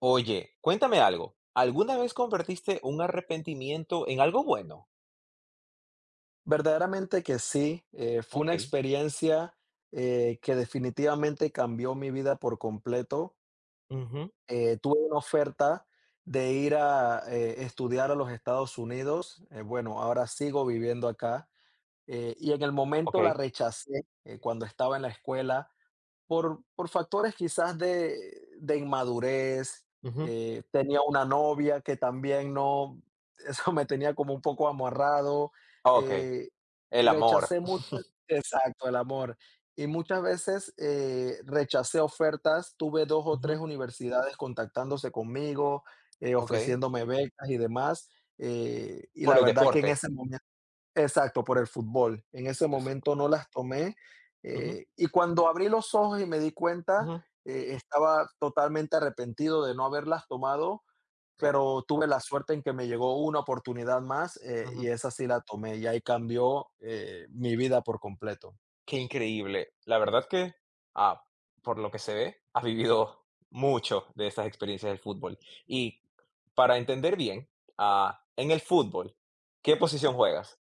Oye, cuéntame algo. ¿Alguna vez convertiste un arrepentimiento en algo bueno? Verdaderamente que sí, fue una Ok. experiencia, que definitivamente cambió mi vida por completo. Ujú. Tuve una oferta de ir a, estudiar a los Estados Unidos. Bueno, ahora sigo viviendo acá, y en el Ok. momento la rechacé, cuando estaba en la escuela. Por factores quizás de inmadurez. Ujú. Tenía una novia que también no eso me tenía como un poco amarrado. Ok. eh, El amor. Rechacé mucho. Exacto, el amor. Y muchas veces, rechacé ofertas. Tuve 2 o 3 Ujú. universidades contactándose conmigo, Ok. ofreciéndome becas y demás, y Por la el verdad que en deporte. ese momento... Exacto, por el fútbol. En ese El fútbol. momento no las tomé, Ujú. Y cuando abrí los ojos y me di cuenta, Ujú. Estaba totalmente arrepentido de no haberlas tomado. Claro. Pero tuve la suerte en que me llegó una oportunidad más, y Ujú. esa sí la tomé, y ahí cambió, mi vida por completo. Qué increíble. La verdad que, ah, por lo que se ve, has vivido mucho de estas experiencias del fútbol. Y para entender bien, en el fútbol, ¿qué posición juegas?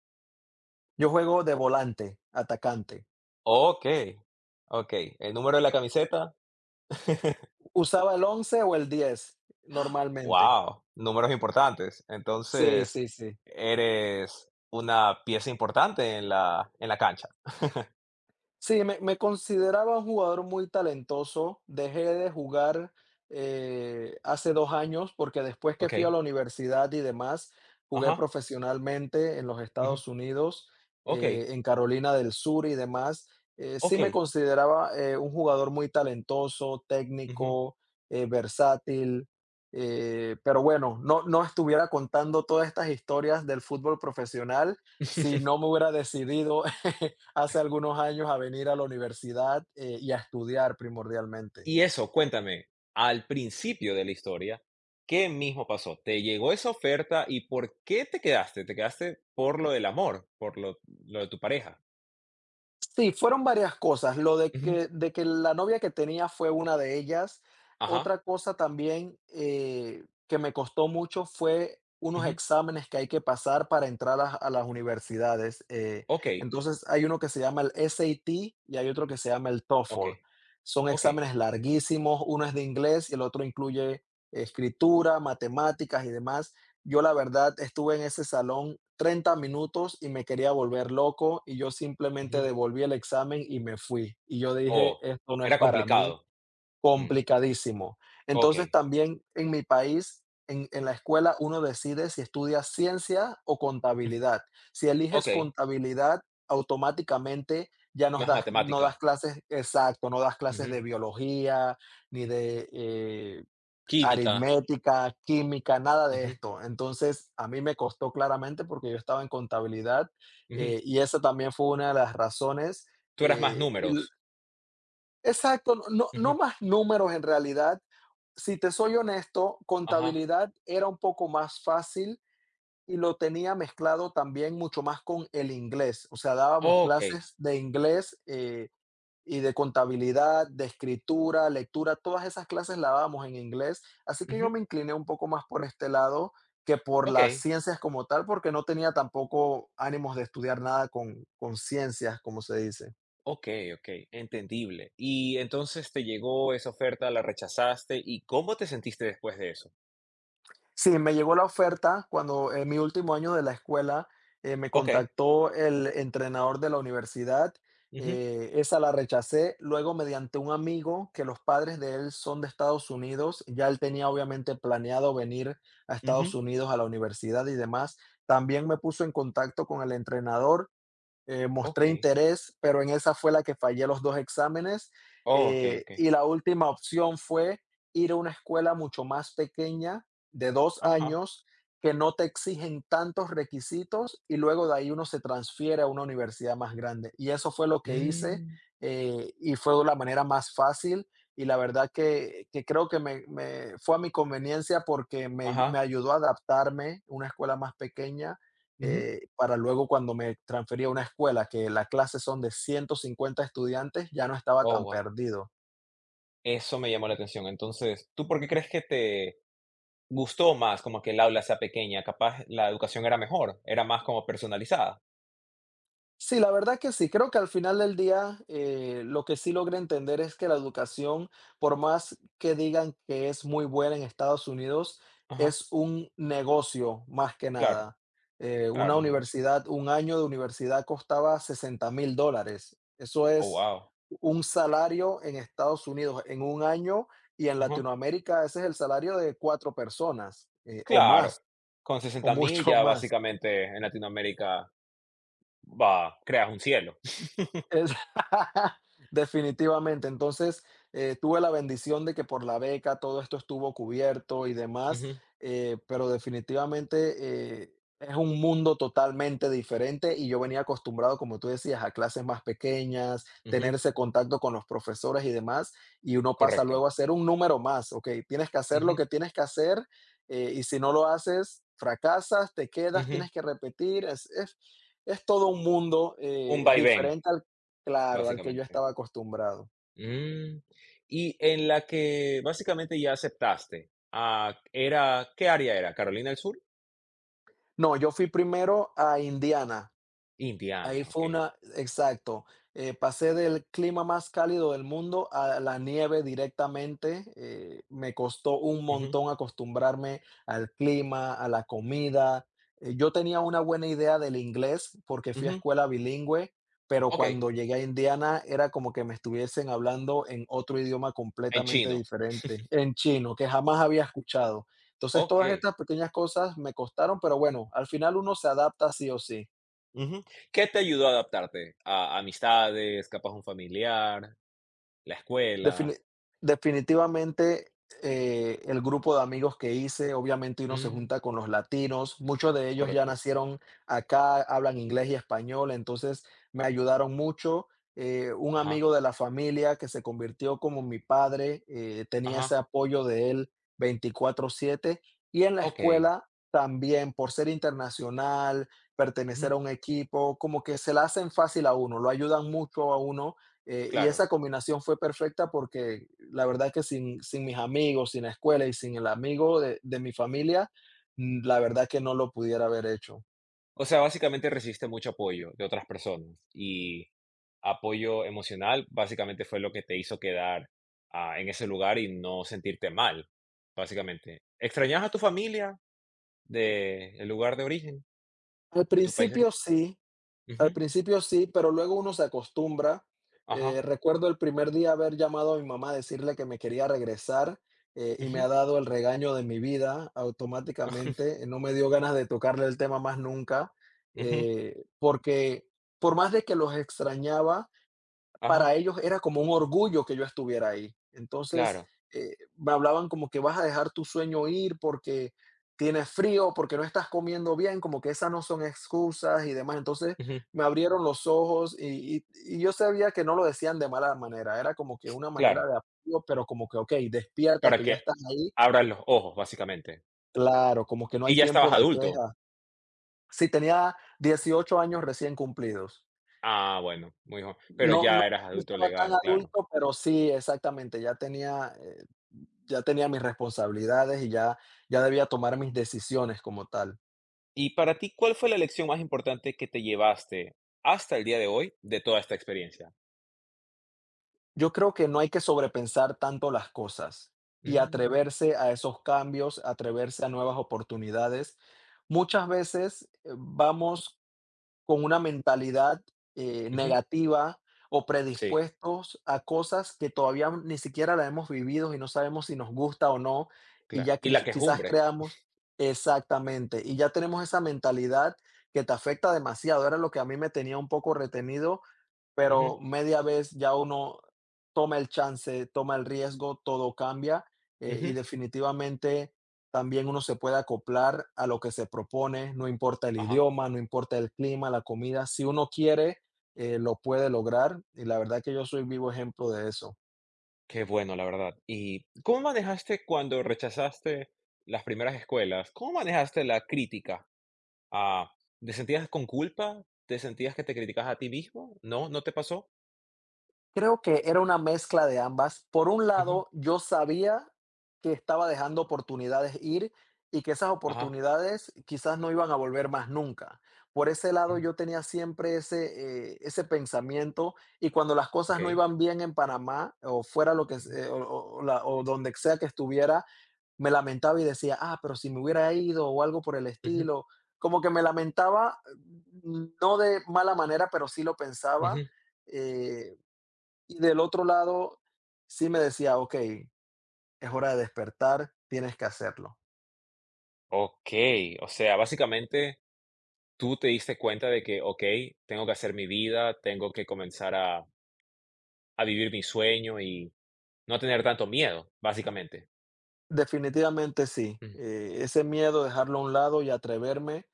Yo juego de volante, atacante. Ok. Ok. ¿El número de la camiseta? Usaba el 11 o el 10 normalmente. Wow, números importantes. Sí, Entonces, sí, sí. eres una pieza importante en la cancha. Sí, me consideraba un jugador muy talentoso. Dejé de jugar, hace 2 años, porque después que fui a la Okey. universidad y demás, jugué Ajá. profesionalmente en los Ujú. Estados Unidos, Okey, en Carolina del Sur y demás. Sí me okey. consideraba, un jugador muy talentoso, Ujú. técnico, versátil. Pero bueno, no, no estuviera contando todas estas historias del fútbol profesional si no me hubiera decidido hace algunos años a venir a la universidad, y a estudiar primordialmente. Y eso, cuéntame, al principio de la historia, ¿qué mismo pasó? ¿Te llegó esa oferta y por qué te quedaste? ¿Te quedaste por lo del amor, por lo de tu pareja? Sí, fueron varias cosas. Lo de Ujú. que de que la novia que tenía fue una de ellas. Ajá. Otra cosa también, que me costó mucho fue unos Ujú. exámenes que hay que pasar para entrar a las universidades. Eh, Okey, entonces, hay uno que se llama el SAT y hay otro que se llama el TOEFL. okey, Son okey. exámenes larguísimos, uno es de inglés y el otro incluye escritura, matemáticas y demás. Yo la verdad estuve en ese salón 30 minutos y me quería volver loco, y yo simplemente Ujú. devolví el examen y me fui. Y yo dije, Oh, esto no es era para mí, complicado. Mm, complicadísimo. Entonces okey. también en mi país, en la escuela uno decide si estudia ciencia o Ujú. contabilidad. Si eliges Okey. contabilidad, automáticamente ya nos Más das, no matemática. das clases, exacto, no das clases Ujú. de biología, ni de Química. aritmética, química, nada de Ujú, esto. Entonces, a mí me costó claramente porque yo estaba en contabilidad, ujú. Y esa también fue una de las razones, Tú eras más y l números. exacto, no, no, no Ujú. más números en realidad. Si te soy honesto, Ajá. contabilidad era un poco más fácil y lo tenía mezclado también mucho más con el inglés. O sea, dábamos Okey. clases de inglés, y de contabilidad, de escritura, lectura, todas esas clases las dábamos en inglés, así que yo Ujú. me incliné un poco más por este lado que por las Okey, ciencias como tal, porque no tenía tampoco ánimos de estudiar nada con ciencias, como se dice. okey, okey, entendible. Y entonces te llegó esa oferta, la rechazaste, ¿y cómo te sentiste después de eso? Sí, me llegó la oferta cuando en mi último año de la escuela, me Okey. contactó el entrenador de la universidad. Ujú, Esa la rechacé. Luego, mediante un amigo que los padres de él son de Estados Unidos, ya él tenía obviamente planeado venir a Estados ujú. Unidos a la universidad y demás, también me puso en contacto con el entrenador. Mostré Okey. interés, pero en esa fue la que fallé los dos exámenes. Okey, Eh, okey. y la última opción fue ir a una escuela mucho más pequeña, de dos Ajá. años, que no te exigen tantos requisitos y luego de ahí uno se transfiere a una universidad más grande. Y eso fue lo que hice, Mm. Y fue de la manera más fácil, y la verdad que creo que fue a mi conveniencia porque me Ajá. ayudó a adaptarme a una escuela más pequeña, Ujú. Para luego cuando me transferí a una escuela que las clases son de 150 estudiantes, ya no estaba Oh, tan wow. perdido. Eso me llamó la atención. Entonces, ¿tú por qué crees que te gustó más como que el aula sea pequeña? Capaz la educación era mejor, era más como personalizada. Sí, la verdad que sí. Creo que al final del día, lo que sí logré entender es que la educación, por más que digan que es muy buena en Estados Unidos, Ajá. es un negocio más que Claro, nada. Claro, Una negocio. universidad, un año de universidad costaba $60,000. Eso Oh, es wow. un salario en Estados Unidos en un año, y en Ajá. Latinoamérica ese es el salario de cuatro personas, o Claro, más, con o 60.000 mucho ya más. básicamente en Latinoamérica va creas un cielo. Es definitivamente. Entonces, tuve la bendición de que por la beca todo esto estuvo cubierto y demás. Ujú, Pero definitivamente, eh, es un mundo totalmente diferente y yo venía acostumbrado, como tú decías, a clases más pequeñas, ujú, tener ese contacto con los profesores y demás, y uno pasa correcto. luego a ser un número más, okey, tienes que hacer lo Ujú, que tienes que hacer, y si no lo haces, fracasas, te quedas, ujú. tienes que repetir, es todo un mundo, Un vaivén, diferente, claro, al que yo básicamente. estaba acostumbrado. Mm, y en la que básicamente ya aceptaste, era ¿qué área era? ¿Carolina del Sur? No, yo fui primero a Indiana. Ahí Indiana, fue okey. una, exacto. Pasé del clima más cálido del mundo a la nieve directamente. Me costó un Ujú, montón acostumbrarme al clima, a la comida. Yo tenía una buena idea del inglés porque fui a ujú, escuela bilingüe, pero okey. cuando llegué a Indiana era como que me estuviesen hablando en otro idioma En completamente chino, diferente, en chino, que jamás había escuchado. Entonces, todas okey. estas pequeñas cosas me costaron, pero bueno, al final uno se adapta sí o sí. Ujú. ¿Qué te ayudó a adaptarte? ¿A amistades, capaz un familiar? La Defini escuela. definitivamente, el grupo de amigos que hice, obviamente uno se Mm, junta con los latinos, muchos de ellos ya correcto. nacieron acá, hablan inglés y español, entonces me ayudaron mucho. Un Ajá, amigo de la familia que se convirtió como mi padre, tenía ese ajá. apoyo de él 24/7, y en la Okey. escuela también, por ser internacional, pertenecer Ujú, a un equipo, como que se la hacen fácil a uno, lo ayudan mucho a uno, y claro. esa combinación fue perfecta porque la verdad es que sin mis amigos, sin la escuela y sin el amigo de mi familia, la verdad es que no lo pudiera haber hecho. O sea, básicamente recibiste mucho apoyo de otras personas y apoyo emocional, básicamente fue lo que te hizo quedar, en ese lugar y no sentirte mal, básicamente. ¿Extrañabas a tu familia de el lugar de origen, Al de tu país de principio origen? sí, Ujú, pero luego uno se acostumbra. Ajá, Recuerdo el primer día haber llamado a mi mamá a decirle que me quería regresar, y me ujú, ha dado el regaño de mi vida automáticamente. No me dio ganas de tocarle el tema más nunca, ujú, porque por más de que los extrañaba, ajá, para ellos era como un orgullo que yo estuviera ahí. Entonces, claro, me hablaban como que vas a dejar tu sueño ir porque tienes frío, porque no estás comiendo bien, como que esas no son excusas y demás. Entonces, ujú, me abrieron los ojos, y yo sabía que no lo decían de mala manera, era como que una manera claro. de apoyo, pero como que, ok, despierta, Para que ya que estás ahí. abras los ojos, básicamente. Claro, como que no hay Y ya tiempo estabas de adulto. queja. Sí, tenía 18 años recién cumplidos. Ah, bueno, muy joven. Pero No, no, ya eras no adulto estaba tan legal, claro. adulto, pero sí, exactamente, ya tenía mis responsabilidades y ya debía tomar mis decisiones como tal. Y para ti, ¿cuál fue la lección más importante que te llevaste hasta el día de hoy de toda esta experiencia? Yo creo que no hay que sobrepensar tanto las cosas y Mm, atreverse a esos cambios, atreverse a nuevas oportunidades. Muchas veces, vamos con una mentalidad, ujú, negativa o sí, predispuestos a cosas que todavía ni siquiera la hemos vivido y no sabemos si nos gusta o no, y claro. Y la quizás quejumbre. creamos, exactamente, y ya tenemos esa mentalidad que te afecta demasiado, era lo que a mí me tenía un poco retenido, Ujú, pero media vez ya uno toma el chance, toma el riesgo, todo cambia, y ujú, definitivamente también uno se puede acoplar a lo que se propone, no importa el ajá. idioma, no importa el clima, la comida, si uno quiere, lo puede lograr, y la verdad que yo soy vivo ejemplo de eso. Qué bueno, la verdad. ¿Y cómo manejaste cuando rechazaste las primeras escuelas? ¿Cómo manejaste la crítica? Ah, ¿Te sentías con culpa? ¿Te sentías que te criticas a ti mismo? ¿No? ¿No te pasó? Creo que era una mezcla de ambas. Por un Ujú, lado, yo sabía que estaba dejando oportunidades ir y que esas ajá, oportunidades quizás no iban a volver más nunca. Por ese lado, ujú, yo tenía siempre ese pensamiento, y cuando las cosas no okey, iban bien en Panamá o fuera lo que es- ujú, o la- o donde sea que estuviera, me lamentaba y decía, ah, pero si me hubiera ido o algo por el ujú, estilo. Como que me lamentaba, no de mala manera, pero sí lo pensaba. ujú. eh, y del otro lado, sí me decía, ok, es hora de despertar, tienes que hacerlo. Okey, o sea, básicamente tú te diste cuenta de que, okey, tengo que hacer mi vida, tengo que comenzar a vivir mi sueño y no tener tanto miedo, básicamente. Definitivamente sí. Mm, Ese miedo, dejarlo a un lado y atreverme.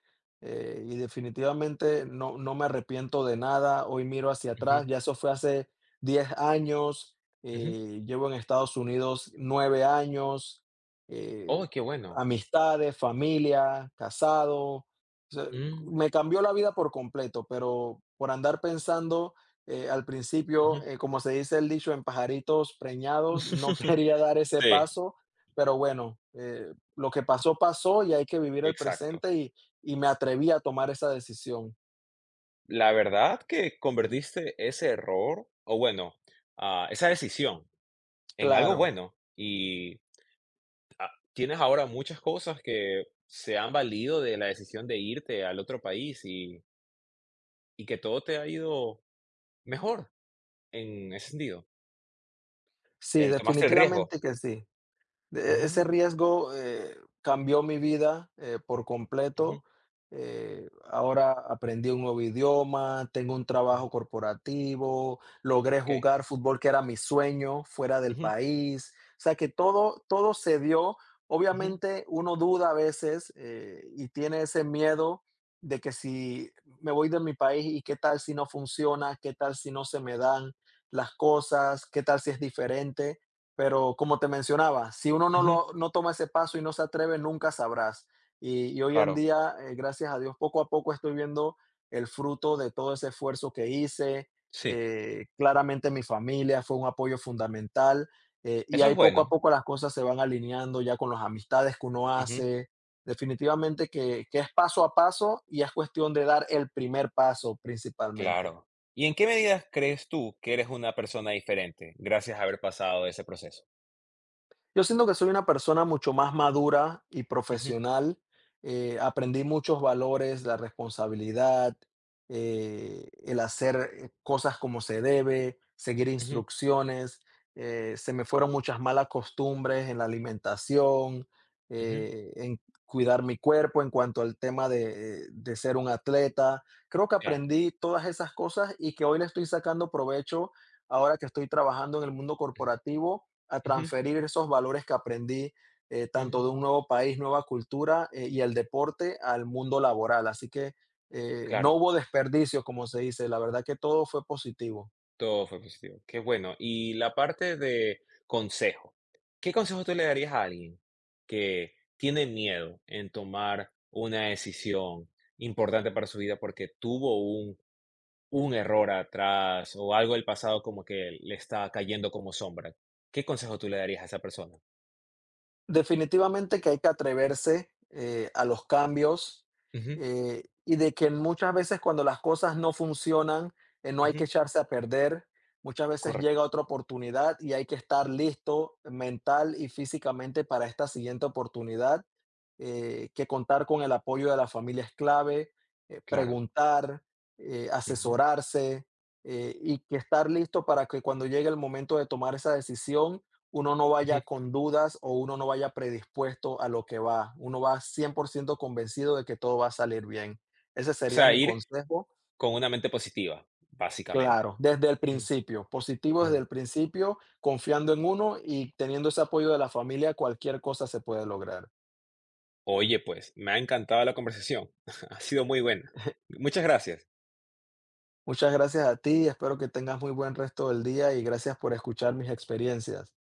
Y definitivamente no, no me arrepiento de nada. Hoy miro hacia ujú, atrás. Ya eso fue hace 10 años. ujú. Llevo en Estados Unidos 9 años. eh, Oh, qué bueno. Amistades, familia, casado. O sea, Mm, me cambió la vida por completo, pero por andar pensando, al principio, ujú. Como se dice el dicho, en pajaritos preñados, no quería dar ese Sí, paso. Pero bueno, lo que pasó, pasó, y hay que vivir el exacto. presente, y me atreví a tomar esa decisión. La verdad que convertiste ese error, o bueno, esa decisión en algo Claro. bueno, y tienes ahora muchas cosas que se han valido de la decisión de irte al otro país y Y que todo te ha ido mejor en ese sentido. Sí, El tomaste el riesgo. definitivamente que sí. Ese Mm, riesgo, cambió mi vida, por ujú, completo. Ahora aprendí un nuevo idioma, tengo un ujú, trabajo corporativo, logré okey. jugar fútbol, que era mi sueño, fuera del Ujú, país. O sea, que todo se dio. ujú, Obviamente, uno duda a veces, y tiene ese miedo de que si me voy de mi país, ¿y qué tal si no funciona? ¿Qué tal si no se me dan las cosas? ¿Qué tal si es diferente? Pero como te mencionaba, si uno no ujú, lo no toma ese paso y no se atreve, nunca sabrás. Y hoy en claro. día, gracias a Dios, poco a poco estoy viendo el fruto de todo ese esfuerzo que hice. Sí, Claramente mi familia fue un apoyo fundamental, y eso ahí es poco bueno. a poco las cosas se van alineando ya con las amistades que uno Ujú, hace. Definitivamente que es paso a paso y es cuestión de dar el primer paso principalmente. claro. ¿Y en qué medidas crees tú que eres una persona diferente gracias a haber pasado ese proceso? Yo siento que soy una persona mucho más madura y Ujú, profesional. Aprendí muchos valores, la responsabilidad, el hacer, cosas como se debe, seguir ujú, instrucciones. Se me fueron muchas malas costumbres en la alimentación, ujú, en cuidar mi cuerpo en cuanto al tema de ser un atleta. Creo que claro. aprendí todas esas cosas y que hoy le estoy sacando provecho ahora que estoy trabajando en el mundo corporativo, a Ujú, transferir esos valores que aprendí, ujú, tanto de un nuevo país, nueva cultura, y el deporte al mundo laboral. Así que no claro. hubo desperdicio, como se dice, la verdad que todo fue positivo. Todo fue positivo. Qué bueno. Y la parte de consejo. ¿Qué consejo tú le darías a alguien que tiene miedo en tomar una decisión importante para su vida porque tuvo un error atrás o algo del pasado como que le está cayendo como sombra? ¿Qué consejo tú le darías a esa persona? Definitivamente que hay que atreverse, a los cambios, Ujú, y de que muchas veces cuando las cosas no funcionan, no hay que ujú, echarse a perder. Muchas veces llega correcto, otra oportunidad y hay que estar listo mental y físicamente para esta siguiente oportunidad, que contar con el apoyo de la familia es clave, claro. preguntar, Ujú, asesorarse, y que estar listo para que cuando llegue el momento de tomar esa decisión, uno no vaya ujú. con dudas o uno no vaya predispuesto a lo que va. Uno va 100% convencido de que todo va a salir bien. Ese O sería sea, mi ir consejo, con una mente positiva, básicamente. claro, desde el Mm, principio, positivo desde mm. el principio, confiando en uno y teniendo ese apoyo de la familia, cualquier cosa se puede lograr. Oye, pues, me ha encantado la conversación. Ha sido muy buena. Muchas gracias. Muchas gracias a ti, espero que tengas muy buen resto del día y gracias por escuchar mis experiencias.